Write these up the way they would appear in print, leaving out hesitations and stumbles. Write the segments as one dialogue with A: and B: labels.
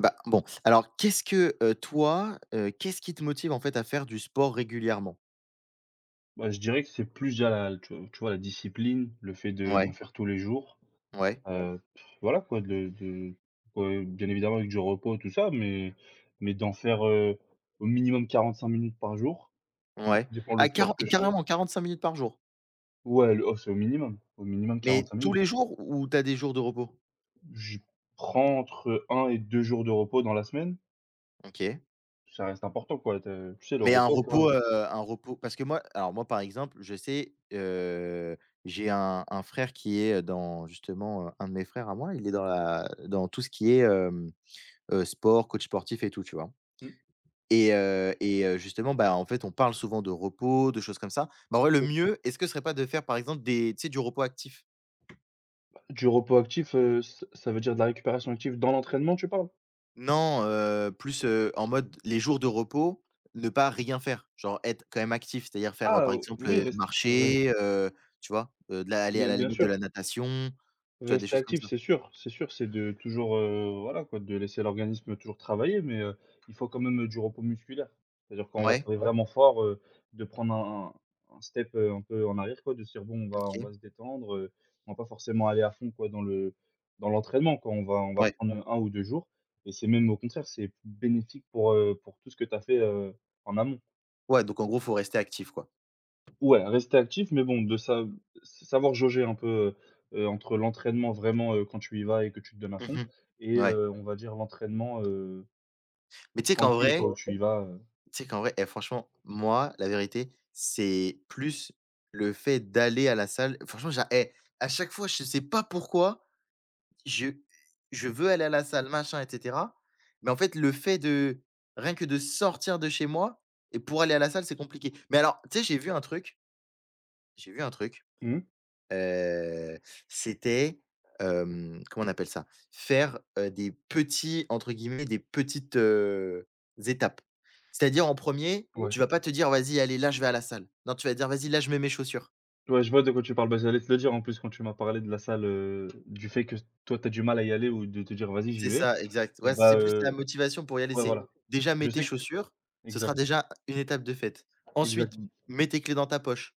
A: Bah, bon, alors qu'est-ce que, toi, qu'est-ce qui te motive, en fait, à faire du sport régulièrement?
B: Bah, je dirais que c'est plus déjà tu vois, la discipline, le fait de
A: Ouais,
B: d'en faire tous les jours,
A: ouais,
B: heu, voilà quoi bien évidemment avec du repos tout ça, mais d'en faire, au minimum 45 minutes par jour. Après tout
A: ouais.
B: dépend le
A: Ah
B: sport
A: quaren
B: que je fais.
A: carrément 45 minutes par jour?
B: Ouais, le oh, c'est au minimum
A: Mais
B: 45
A: tous
B: minutes.
A: les jours ou t'as des jours de repos?
B: Je prends entre un et 2 jours de repos dans la semaine,
A: OK.
B: ça reste important quoi de tu sais le
A: Mais
B: repos quoi?
A: un repos parce que moi, par exemple, je sais, j'ai un frère qui est, dans justement, un de mes frères à moi, il est dans la dans tout ce qui est, sport, coach sportif et tout, tu vois?
B: Mmh,
A: Et justement, bah, en fait, on parle souvent de repos, de choses comme ça. Bah, en vrai, le
B: donc
A: mieux, est-ce que ce serait pas de faire, par exemple, du repos actif?
B: du repos actif, ç ça veut dire de la récupération active dans l'entraînement tu parles?
A: Non, plus, en mode les jours de repos, ne pas rien faire, genre être quand même actif, c'est-à-dire faire,
B: Ah,
A: par exemple,
B: oui, rest
A: marcher, tu vois? De la aller à
B: bien
A: la
B: bien
A: limite de
B: sûr,
A: la natation, tu vois, des
B: rester
A: choses comme
B: actif,
A: ça.
B: c'est sûr, c'est sûr, c'est de toujours, voilà quoi, de laisser l'organisme toujours travailler, mais, il faut quand même, du repos musculaire. C'est-à-dire quand on va
A: Ouais,
B: travailler vraiment fort, de prendre un step, un peu en arrière quoi, de se dire: «Bon, on va on
A: OK.
B: va se détendre, on va pas forcément aller à fond quoi dans l'entraînement quoi, on va
A: Ouais.
B: prendre, un ou 2 jours», et c'est même au contraire, c'est bénéfique pour tout ce que tu as fait, en amont.
A: Ouais, donc en gros, faut rester actif, quoi.
B: Ouais, rester actif, mais bon, de sa savoir jauger un peu, entre l'entraînement vraiment, quand tu y vas et que tu te donnes à fond,
A: Mmh. Ouais.
B: on va dire l'entraînement,
A: Mais
B: tranquille quoi, où tu y vas,
A: tu sais qu'en vrai, eh franchement, moi, la vérité, c'est plus le fait d'aller à la salle. Franchement, à chaque fois, je sais pas pourquoi, je je veux aller à la salle, machin, et cetera. Mais en fait, le fait de rien que de sortir de chez moi et pour aller à la salle, c'est compliqué. Mais alors, tu sais, j'ai vu un truc.
B: mmh?
A: Heu, c'était, comment on appelle ça? Faire, des petits, entre guillemets, «des petites, étapes». C'est-à-dire en premier
B: Ouais.
A: tu vas pas te dire: «Vas-y, allez, là, je vais à la salle». Non, tu vas dire: «Vas-y, là, je mets mes chaussures».
B: Ouais, je vois de quoi tu parles. Bah, j'allais te le dire en plus quand tu m'as parlé de la salle, du fait que toi tu as du mal à y aller ou de te dire: «Vas-y, j'y
A: C'est
B: vais».
A: ça, exact.
B: Et
A: Ouais,
B: bah,
A: c'est plus la motivation pour y aller,
B: ouais,
A: c'est
B: voilà.
A: déjà mets
B: Je
A: tes
B: sais que...
A: chaussures, ce sera
B: exact,
A: déjà une étape de faite.
B: exact.
A: Ensuite, mets tes clés dans ta poche,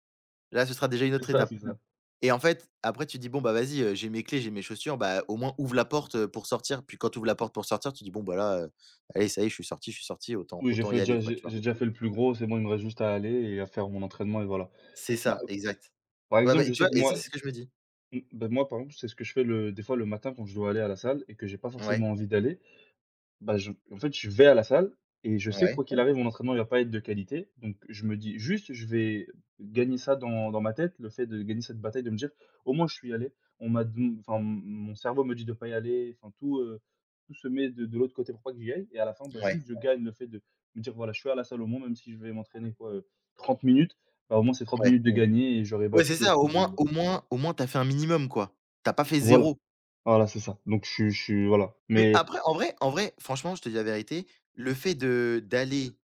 A: là, ce sera déjà une
B: C'est
A: autre
B: ça, c'est
A: étape.
B: ça.
A: Et en fait, après tu dis: «Bon bah vas-y, j'ai mes clés, j'ai mes chaussures, bah au moins ouvre la porte, pour sortir». Puis quand tu ouvres la porte pour sortir, tu dis: «Bon bah là, allez ça y est, je suis sorti,
B: Oui, j'ai
A: autant
B: fait
A: y
B: déjà
A: aller quoi»,
B: j'ai
A: tu vois?
B: j'ai déjà fait le plus gros, c'est bon, il me reste juste à aller et à faire mon entraînement et voilà.
A: C'est
B: Bah,
A: ça, exact.
B: par
A: Ouais,
B: exemple,
A: bah,
B: je
A: tu
B: sais
A: vois?
B: que
A: Et ça,
B: moi...
A: c'est ce que je me dis.
B: Mmh, bah, moi, par exemple, c'est ce que je fais le des fois le matin quand je dois aller à la salle et que j'ai pas
A: Ouais,
B: forcément envie d'aller. Bah, je en fait, je vais à la salle et je sais que quoi
A: ouais,
B: qu'il arrive, mon entraînement, il va pas être de qualité. Donc je me dis juste, je vais gagner ça dans ma tête, le fait de gagner cette bataille, de me dire: «Au moins, je suis allé». On m'a don Enfin, mon cerveau me dit de pas y aller, enfin tout se met de l'autre côté pour pas que j'y aille, et à la fin, bah, juste
A: ouais,
B: je gagne le fait de me dire: «Voilà, je suis à la salle au moins, même si je vais m'entraîner quoi, 30 minutes, bah, au moins c'est trente
A: ouais.
B: minutes de gagner et j'aurais
A: Ouais,
B: battu
A: c'est
B: le
A: ça,
B: coup de».
A: au moins t'as fait un minimum quoi. T'as pas fait
B: Voilà.
A: zéro.
B: Voilà, c'est ça. Donc je suis voilà,
A: Mais
B: mais...
A: après en vrai, franchement, je te dis la vérité, le fait de d'aller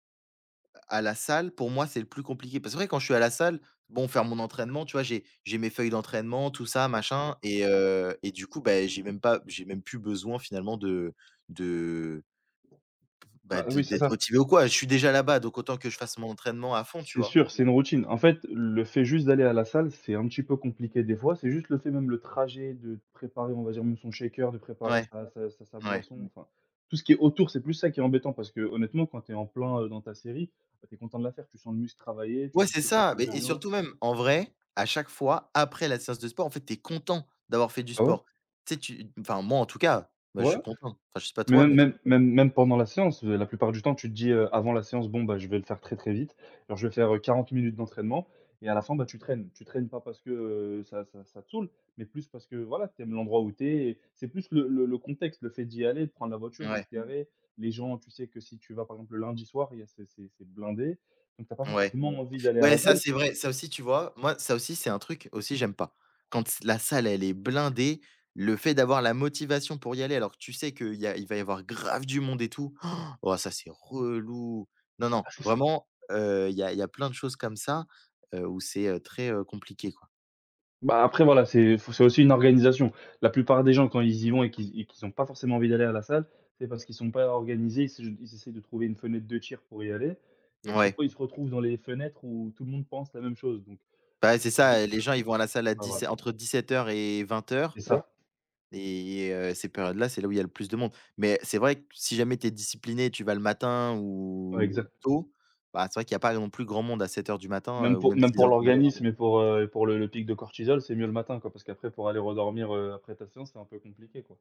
A: à la salle, pour moi, c'est le plus compliqué. Parce que c'est vrai quand je suis à la salle, bon, faire mon entraînement, tu vois, j'ai mes feuilles d'entraînement, tout ça, Mmh, machin et du coup, bah, j'ai même pas j'ai même plus besoin finalement de, bah,
B: Bah,
A: de
B: oui, c'est
A: d'être
B: ça.
A: motivé ou quoi. Je
B: c'est
A: suis déjà là-bas, donc autant que je fasse mon entraînement à fond, tu
B: c'est
A: vois?
B: sûr, c'est une routine. En fait, le fait juste d'aller à la salle, c'est un petit peu compliqué des fois. C'est juste le fait même le trajet de préparer, on va dire, même son shaker, de préparer
A: Ouais,
B: sa
A: ouais.
B: boisson. Mmh. Enfin, tout ce qui est autour, c'est plus ça qui est embêtant parce que honnêtement, quand tu es en plein, dans ta série, bah, tu es content de la faire. Tu sens le muscle travailler, tu te
A: Ouais,
B: dis: «Je
A: c'est
B: fais quelque
A: ça,
B: chose
A: mais
B: de
A: et
B: bien».
A: surtout même, en vrai, à chaque fois, après la séance de sport, en fait, tu es content d'avoir fait du
B: Ah ouais?
A: sport. Tu sais, tu enfin moi, en tout cas, bah, je
B: Ouais.
A: suis content. Enfin, je sais pas
B: Mais
A: toi,
B: même
A: mais
B: même même même pendant la séance, la plupart du temps, tu te dis, avant la séance: «Bon, bah, je vais le faire très, très vite. Alors je vais faire, 40 minutes d'entraînement», et à la fin, bah, tu traînes. Tu traînes pas parce que, ça te saoule, mais plus parce que, voilà, tu aimes l'endroit où tu es. C'est plus le contexte, le fait d'y aller, de prendre la voiture, de se
A: ouais,
B: Garer. Les gens, tu sais que si tu vas, par exemple, le lundi soir, il y a c'est blindé, donc tu as pas
A: ouais.
B: forcément envie d'aller à
A: Ouais,
B: la
A: ça
B: salle.
A: c'est vrai, ça aussi tu vois? Moi, ça aussi c'est un truc aussi j'aime pas. Quand s la salle elle est blindée, le fait d'avoir la motivation pour y aller alors que tu sais qu'il va y avoir grave du monde et tout, oh ça c'est relou. Non, non, vraiment, il y a plein de choses comme ça, où c'est, très, compliqué quoi.
B: Bah, après voilà, c'est aussi une organisation. La plupart des gens quand ils y vont et qu'ils ont pas forcément envie d'aller à la salle, c'est parce qu'ils sont pas organisés, ils essaient de trouver une fenêtre de tir pour y aller, et à chaque
A: Ouais,
B: fois, ils se retrouvent dans les fenêtres où tout le monde pense la même chose. Donc
A: bah, c'est
B: on va
A: ça,
B: dire que...
A: les gens ils vont à la salle à
B: ah voilà,
A: 17, entre dix-sept heures et vingt heures.
B: c'est, ouais, ça.
A: Et ces périodes-là, c'est là où il y a le plus de monde. Mais c'est vrai que si jamais tu es discipliné, tu vas le matin
B: Ouais,
A: ou
B: exact.
A: tôt, bah, c'est vrai qu'il y a pas non plus grand monde à sept heures du matin,
B: Même
A: ou
B: pour
A: même
B: même
A: six
B: pour
A: heures du matin.
B: l'organisme et pour le pic de cortisol, c'est mieux le matin, quoi, parce qu'après pour aller redormir, après ta séance, c'est un peu compliqué, quoi.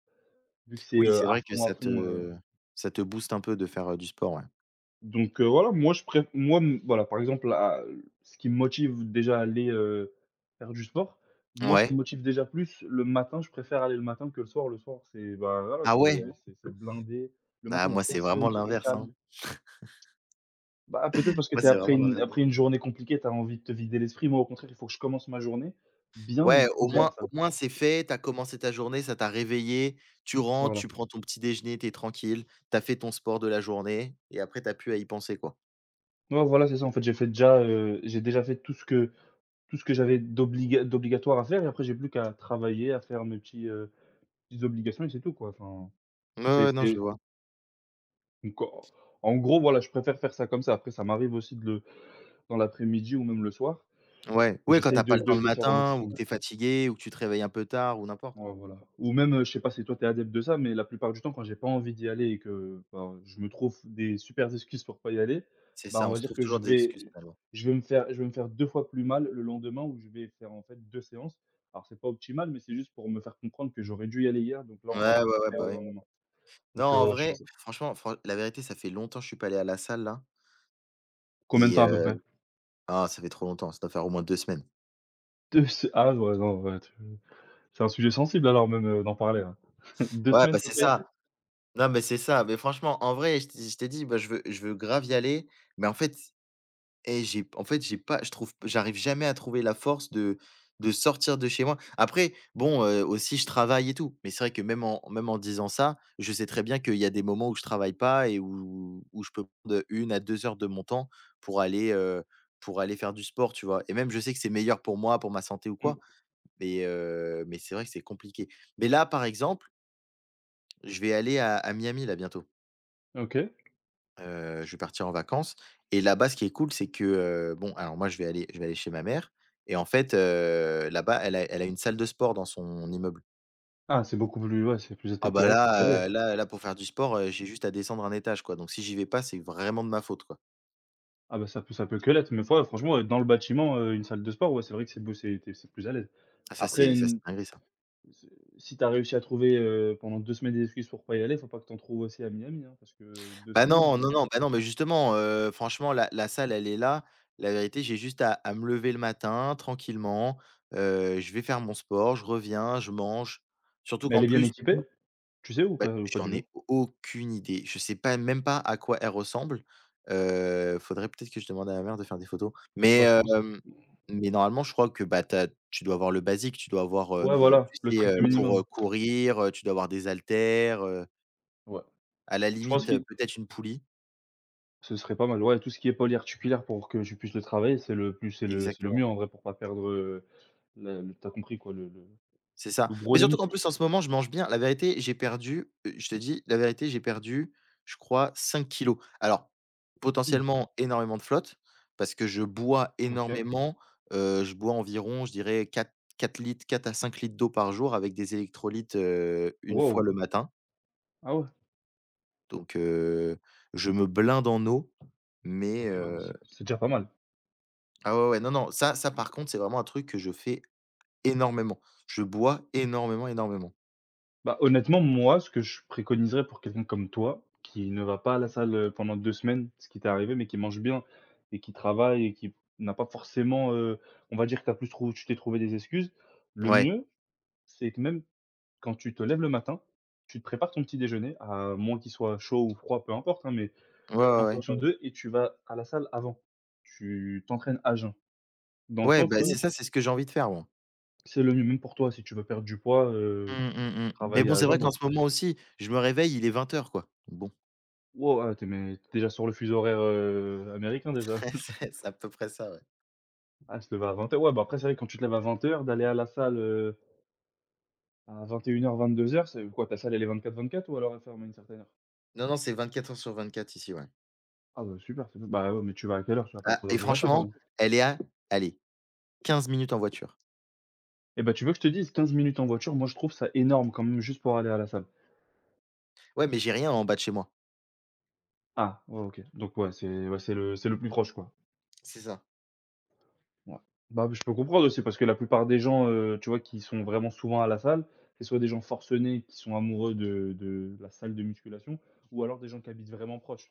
B: Vu que c'est,
A: Oui, c'est vrai que
B: à fond,
A: ça te booste un peu de faire, du sport, ouais.
B: donc, voilà, moi, je préf moi, voilà, par exemple, à ce qui me motive déjà à aller, faire du sport, moi
A: Ouais.
B: ça me motive déjà plus le matin, je préfère aller le matin que le soir. Le soir, c'est, bah, voilà
A: Ah
B: quoi,
A: ouais?
B: ouais, c'est blindé. Le matin,
A: Ah
B: il y a
A: moi, c'est
B: personne,
A: vraiment
B: tout est
A: l'inverse, hein.
B: calme. Bah, peut-être parce que
A: Moi,
B: t'es
A: c'est
B: après
A: vraiment
B: une
A: l'inverse.
B: après une journée compliquée, tu as envie de te vider l'esprit. Moi, au contraire, il faut que je commence ma journée bien, donc
A: Ouais,
B: faut que j'aille à la salle.
A: au moins c'est fait, tu as commencé ta journée, ça t'a réveillé, tu rentres,
B: Voilà.
A: tu prends ton petit déjeuner, tu es tranquille, tu as fait ton sport de la journée et après tu as plus à y penser, quoi.
B: Ouais, voilà, c'est ça, en fait, j'ai déjà fait tout ce que j'avais d'obligatoire à faire et après j'ai plus qu'à travailler, à faire mes petites obligations et c'est tout quoi, enfin,
A: Ouais, ouais, non, je
B: c'est
A: vois.
B: donc, en gros, voilà, je préfère faire ça comme ça. Après ça m'arrive aussi de le dans l'après-midi ou même le soir,
A: Ouais, ouais, quand
B: j'essaye
A: t'as pas
B: de
A: le temps
B: de
A: le
B: de faire au
A: matin ou que
B: maximum.
A: t'es fatigué ou que tu te réveilles un peu tard ou n'importe.
B: Ouais, voilà. Ou même, je sais pas si toi tu es adepte de ça, mais la plupart du temps quand j'ai pas envie d'y aller et que, ben, je me trouve des supers excuses pour pas y aller,
A: C'est
B: bah, on
A: ça, on
B: va
A: se
B: dire
A: trouve
B: que
A: toujours
B: je
A: des excuses
B: vais
A: finalement.
B: je vais me faire je vais me faire 2 fois plus mal le lendemain, où je vais faire en fait 2 séances. Alors c'est pas optimal, mais c'est juste pour me faire comprendre que j'aurais dû y aller hier, donc là
A: Ouais,
B: on va un peu
A: ouais, ouais,
B: faire
A: bah,
B: le
A: ouais.
B: lendemain.
A: Non,
B: Donc,
A: en
B: ouais, je fais
A: vrai,
B: ça.
A: franchement, fran la vérité, ça fait longtemps que je suis pas allé à la salle là
B: Combien de
A: et
B: temps à peu
A: heu
B: près?
A: ah, ça fait trop longtemps, ça doit faire au moins 2 semaines.
B: 2 se ah ouais, non, ouais, tu c'est un sujet sensible alors même, d'en parler, hein. 2
A: Ouais, bah,
B: semaines
A: c'est
B: totales?
A: ça. Non, mais c'est ça, mais franchement, en vrai, je t'ai dit, bah, je veux grave y aller, mais en fait et j'ai pas je trouve j'arrive jamais à trouver la force de sortir de chez moi. Après, bon, aussi je travaille et tout, mais c'est vrai que même en disant ça, je sais très bien qu'il y a des moments où je travaille pas et où je peux prendre une à 2 heures de mon temps pour aller, heu, pour aller faire du sport, tu vois? Et même je sais que c'est meilleur pour moi, pour ma santé ou
B: Mmh,
A: quoi, mais c'est vrai que c'est compliqué. Mais là, par exemple, je vais aller à Miami là bientôt.
B: OK.
A: Je vais partir en vacances et là-bas, ce qui est cool, c'est que, bon, alors moi, je vais aller chez ma mère et en fait, là-bas, elle a une salle de sport dans son immeuble.
B: Ah, c'est beaucoup plus, ouais, c'est plus, c'était
A: Ah
B: plus,
A: bah
B: ouais, c'est plus à, ouais,
A: là,
B: l'aise.
A: pour faire du sport, j'ai juste à descendre un étage, quoi, donc si j'y vais pas, c'est vraiment de ma faute, quoi.
B: Ah bah, ça peut que l'être, mais fois franchement, être dans le bâtiment, une salle de sport, ouais, c'est vrai que c'est beau, c'est... tu es c'est plus à l'aise.
A: Ah
B: Après,
A: ça, c'est
B: une
A: dinguerie, ça.
B: s si tu as réussi à trouver, pendant 2 semaines des excuses pour pas y aller, faut pas que tu en trouves aussi à Miami, hein, parce que deux
A: Bah
B: semaines,
A: non, non, non, bah non, mais justement, franchement, la salle, elle est là. La vérité, j'ai juste à me lever le matin tranquillement, je vais faire mon sport, je reviens, je mange. Surtout
B: mais elle
A: qu'en
B: est bien
A: plus.
B: équipée? Tu sais
A: Bah,
B: ou pas
A: j'en
B: du tout?
A: ai aucune idée. Je sais pas même pas à quoi elle ressemble. Faudrait peut-être que je demande à ma mère de faire des photos.
B: Bah, je pense,
A: Mais normalement, je crois que, bah, tu dois avoir le basique, tu dois avoir,
B: ouais, voilà, le
A: tu sais,
B: strict
A: pour,
B: minimum.
A: courir, tu dois avoir des haltères,
B: Ouais.
A: à la
B: Je pense
A: limite,
B: qu'il
A: peut-être une poulie
B: Ce serait pas mal, ouais, tout ce qui est polyarticulaire pour que je puisse le travailler, c'est le plus c'est le mieux
A: exactement.
B: en vrai pour pas perdre, la le tu compris quoi, le le
A: C'est ça.
B: le gros
A: Mais
B: des
A: surtout qu'en
B: muscles.
A: plus, en ce moment, je mange bien. La vérité, je te dis la vérité, j'ai perdu, je crois 5 kilos. Alors,
B: Mmh,
A: potentiellement énormément de flotte, parce que je bois
B: OK.
A: énormément, je bois environ, je dirais quatre litres, 4 à 5 litres d'eau par jour avec des électrolytes, une fois
B: Waouh!
A: le matin.
B: Ah ouais?
A: Donc, je me blinde en eau, mais,
B: OK, bah,
A: heu
B: c'est déjà pas mal.
A: ah ouais, ouais, non, non, ça ça par contre, c'est vraiment un truc que je fais énormément. Je bois énormément, énormément.
B: Bah, honnêtement, moi, ce que je préconiserais pour quelqu'un comme toi, qui ne va pas à la salle, pendant 2 semaines, ce qui t'est arrivé, mais qui mange bien et qui travaille et qui n'a pas forcément, on va dire que t'as plus trouvé tu t'es trouvé des excuses. Le
A: Ouais.
B: mieux, c'est que, même quand tu te lèves le matin, tu te prépares ton petit déjeuner, à moins qu'il soit chaud ou froid, peu importe, hein, mais
A: Ouais,
B: tu fais
A: ouais,
B: en
A: ouais.
B: fonction d'eux et tu vas à la salle avant. Tu t'entraînes à jeun. Dans le
A: Ouais,
B: sens,
A: bah,
B: ouais,
A: c'est
B: où
A: ça, c'est ce que j'ai envie de faire, moi.
B: c'est le mieux, même pour toi, si tu veux perdre du poids,
A: Mmh, mmh mh. Mais
B: travailler
A: bon,
B: à
A: c'est
B: jeun. Mmh.
A: vrai qu'en
B: Bon,
A: ce moment aussi, je me réveille, il est vingt heures, quoi. Bon.
B: wow, ah, tu mais tu déjà sur le fuseau horaire, américain déjà.
A: C'est à peu près ça, ouais.
B: Ah, se lever à 20h. Ouais, bah, après c'est vrai que quand tu te lèves à 20h d'aller à la salle, à 2100 heures, 22h, c'est quoi, ta salle elle est 24-24 ou alors elle ferme à une certaine heure?
A: Non, non, c'est 24 heures sur 24 ici, ouais.
B: Ah bah, super, c'est bon. Bah, ouais, mais tu vas à quelle heure? Tu vas pas à
A: Ah
B: trois heures
A: et
B: du matin quand
A: franchement,
B: même?
A: elle est à, allez, 15 minutes en voiture.
B: Eh ben tu veux que je te dise, 15 minutes en voiture, moi je trouve ça énorme quand même juste pour aller à la salle.
A: Ouais, mais j'ai rien en bas de chez moi.
B: Ah, ouais, OK. Donc ouais, c'est le plus proche, quoi.
A: C'est ça.
B: Ouais. Bah, je peux comprendre aussi parce que la plupart des gens, tu vois, qui sont vraiment souvent à la salle, c'est soit des gens forcenés qui sont amoureux de la salle de musculation, ou alors des gens qui habitent vraiment proches.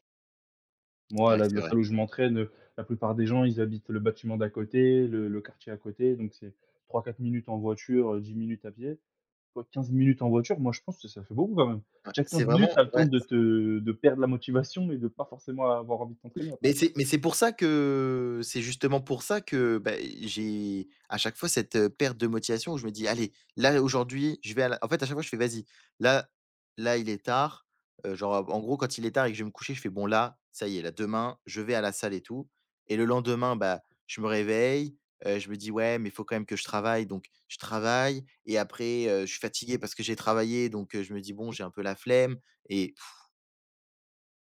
B: Moi,
A: Ouais,
B: la
A: c'est
B: la
A: vrai.
B: salle où je m'entraîne, la plupart des gens, ils habitent le bâtiment d'à côté, le quartier à côté, donc c'est trois quatre minutes en voiture, 10 minutes à pied. Quoi, 15 minutes en voiture, moi, je pense que ça fait beaucoup quand même.
A: Ouais,
B: Déjà
A: c'est
B: 15 minutes, tu as
A: vraiment
B: le temps
A: ouais.
B: de te de perdre la motivation et de pas forcément avoir envie de t'entraîner après.
A: C'est pour ça que c'est justement pour ça que, bah, j'ai à chaque fois cette, perte de motivation où je me dis: «Allez, là aujourd'hui, je vais à la» en fait, à chaque fois je fais: «Vas-y, là là il est tard», genre, en gros, quand il est tard et que je vais me coucher, je fais: «Bon là, ça y est, là demain, je vais à la salle et tout» et le lendemain, bah, je me réveille, je me dis: «Ouais, mais il faut quand même que je travaille», donc je travaille et après, je suis fatigué parce que j'ai travaillé, donc je me dis: «Bon, j'ai un peu la flemme» et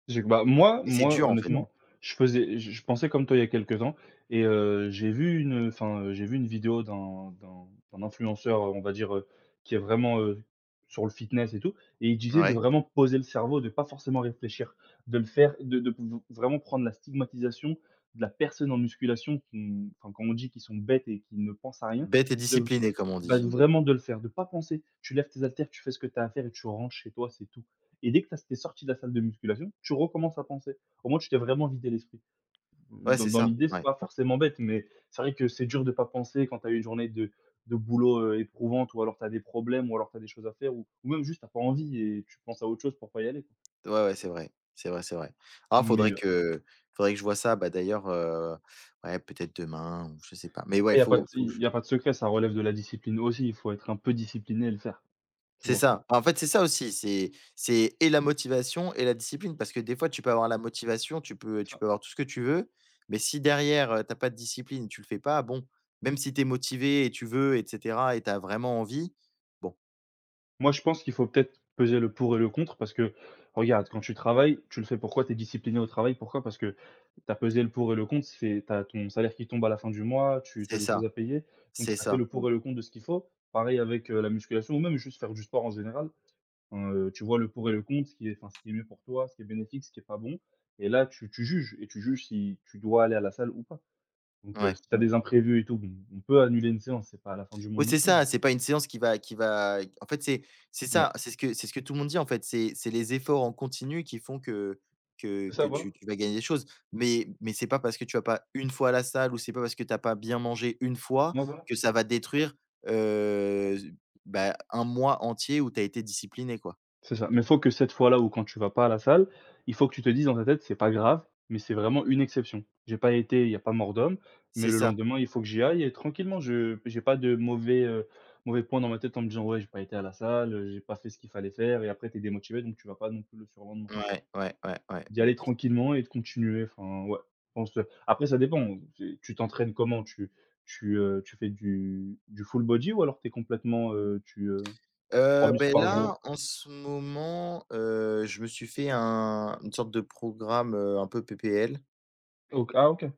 B: J'ai bah, moi
A: et c'est
B: moi, mmh,
A: dur, en fait.
B: honnêtement, je faisais je pensais comme toi il y a quelques temps, et j'ai vu une, enfin, j'ai vu une vidéo d'un influenceur, on va dire, qui est vraiment, sur le fitness et tout, et il disait de
A: Ouais.
B: vraiment poser le cerveau, de pas forcément réfléchir, de le faire, de v vraiment prendre la stigmatisation de la personne en musculation qui, enfin, quand on dit qu'ils sont bêtes et qu'ils ne pensent à rien,
A: Bête et
B: de
A: disciplinée, comme on
B: bah, de
A: dit.
B: vraiment de le faire, de pas penser. Tu lèves tes haltères, tu fais ce que tu as à faire et tu rentres chez toi, c'est tout. Et dès que tu as es sorti de la salle de musculation, tu recommences à penser. Au moins, tu t'es vraiment vidé l'esprit.
A: Ouais,
B: Dans
A: c'est
B: dans
A: ça,
B: l'idée, c'est
A: ouais.
B: pas forcément bête, mais c'est vrai que c'est dur de pas penser quand tu as eu une journée de boulot, éprouvante, ou alors tu as des problèmes, ou alors tu as des choses à faire, ou même juste tu pas envie et tu penses à autre chose pour pas y aller, quoi.
A: Ouais, ouais, c'est vrai, c'est vrai, c'est vrai. Ah,
B: Mais
A: faudrait que je vois ça, bah, d'ailleurs, ouais, peut-être demain ou je sais pas. Mais ouais,
B: après
A: il
B: il y a pas, ouais,
A: faut
B: de,
A: faut que je
B: y a pas de secret, ça relève de la discipline aussi. Il faut être un peu discipliné et le faire, tu
A: c'est
B: vois?
A: ça. En fait, c'est ça aussi, c'est et la motivation et la discipline parce que des fois, tu peux avoir la motivation, tu peux avoir tout ce que tu veux, mais si derrière, tu pas de discipline, tu le fais pas, bon, même si tu es motivé et tu veux et cetera et tu as vraiment envie, bon,
B: Moi, je pense qu'il faut peut-être peser le pour et le contre, parce que regarde, quand tu travailles, tu le fais pourquoi? Tu es discipliné au travail, pourquoi? Parce que tu as pesé le pour et le contre, c'est tu as ton salaire qui tombe à la fin du mois, tu as
A: c'est
B: des choses à
A: ça,
B: payer, donc
A: c'est
B: tu as fait
A: ça,
B: le pour et le contre de ce qu'il faut. Pareil avec, la musculation ou même juste faire du sport en général, tu vois le pour et le contre, ce qui est enfin, ce qui est mieux pour toi, ce qui est bénéfique, ce qui est pas bon, et là, tu juges et tu juges si tu dois aller à la salle ou pas. Donc
A: ouais.
B: si tu as des imprévus et tout, bon, on peut annuler une séance, c'est pas à la fin du
A: Oui,
B: monde non
A: c'est
B: plus.
A: ça, c'est pas une séance qui va en fait,
B: Ouais.
A: c'est ce que tout le monde dit, en fait. C'est les efforts en continu qui font que que
B: C'est ça,
A: que
B: voilà.
A: tu tu vas gagner des choses. Mais c'est pas parce que tu vas pas une fois à la salle ou c'est pas parce que tu as pas bien mangé une fois
B: Ouais, voilà.
A: que ça va détruire, z bah, un mois entier où tu as été discipliné, quoi.
B: C'est ça, mais faut que cette fois-là où quand tu vas pas à la salle, il faut que tu te dises dans ta tête: «C'est pas grave, mais c'est vraiment une exception. J'ai pas été, il y a pas mort d'homme, mais
A: C'est
B: le
A: ça.
B: lendemain, il faut que j'y aille, et tranquillement, je j'ai pas de mauvais, mauvais point dans ma tête en me disant: "Ouais, j'ai pas été à la salle, j'ai pas fait ce qu'il fallait faire", et après tu es démotivé donc tu vas pas non plus le surlendemain.
A: Ouais, ouais, ouais, ouais.
B: D'y aller tranquillement et de continuer, enfin, ouais, je pense, après ça dépend, tu t'entraînes comment? Tu fais du full body ou alors tu es complètement, 3 muscles par
A: Là,
B: jour?
A: en ce moment, je me suis fait un une sorte de programme, un peu PPL.
B: OK, ah OK.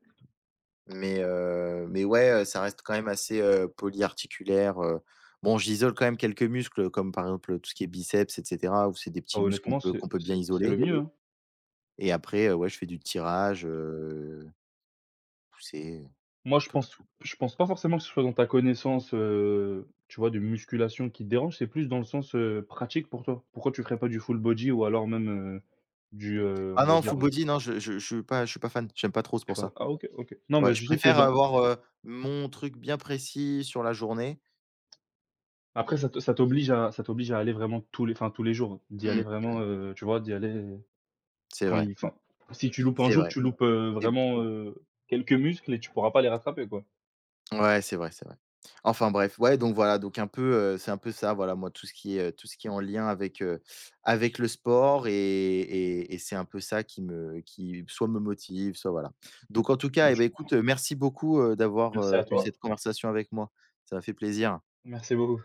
A: Ouais, ça reste quand même assez, polyarticulaire, Bon, j'isole quand même quelques muscles, comme par exemple tout ce qui est biceps, et cetera, où c'est des
B: Ah
A: petits muscles
B: honnêtement, c'est
A: qu'on peut bien
B: c'est c'est le
A: isoler
B: mieux, hein.
A: et après, ouais, je fais du tirage, poussée, un
B: Moi,
A: peu de tout.
B: je pense pas forcément que ce soit dans ta connaissance, tu vois, de musculation qui te dérange, c'est plus dans le sens, pratique pour toi. Pourquoi tu ferais pas du full body, ou alors même, heu,
A: Ah
B: on va
A: non, full
B: dire,
A: body, non, je suis pas fan, j'aime pas trop, c'est
B: je sais
A: pour
B: pas,
A: ça.
B: ah OK, OK. Non, mais
A: Ouais, je
B: je sais que
A: préfère
B: dans,
A: avoir, mon truc bien précis sur la journée.
B: après ça te ça t'oblige à aller vraiment tous les, enfin, tous les jours, hein. D'y aller
A: Mmh,
B: vraiment, tu vois, d'y aller
A: c'est
B: quand
A: vrai,
B: il, enfin, si tu loupes un
A: c'est
B: jour,
A: vrai
B: tu loupes,
A: et
B: vraiment, quelques muscles et tu pourras pas les rattraper, quoi.
A: Ouais, c'est vrai, c'est vrai. Enfin bref, ouais, donc voilà, donc un peu, c'est un peu ça, voilà, moi, tout ce qui est, tout ce qui est en lien avec, avec le sport et c'est un peu ça qui me qui soit me motive, soit voilà. Donc en tout cas, eh ben
B: Franchement,
A: écoute, merci beaucoup, d'avoir,
B: merci à
A: eu
B: toi.
A: cette conversation avec moi. Ça m'a fait plaisir.
B: Merci beaucoup.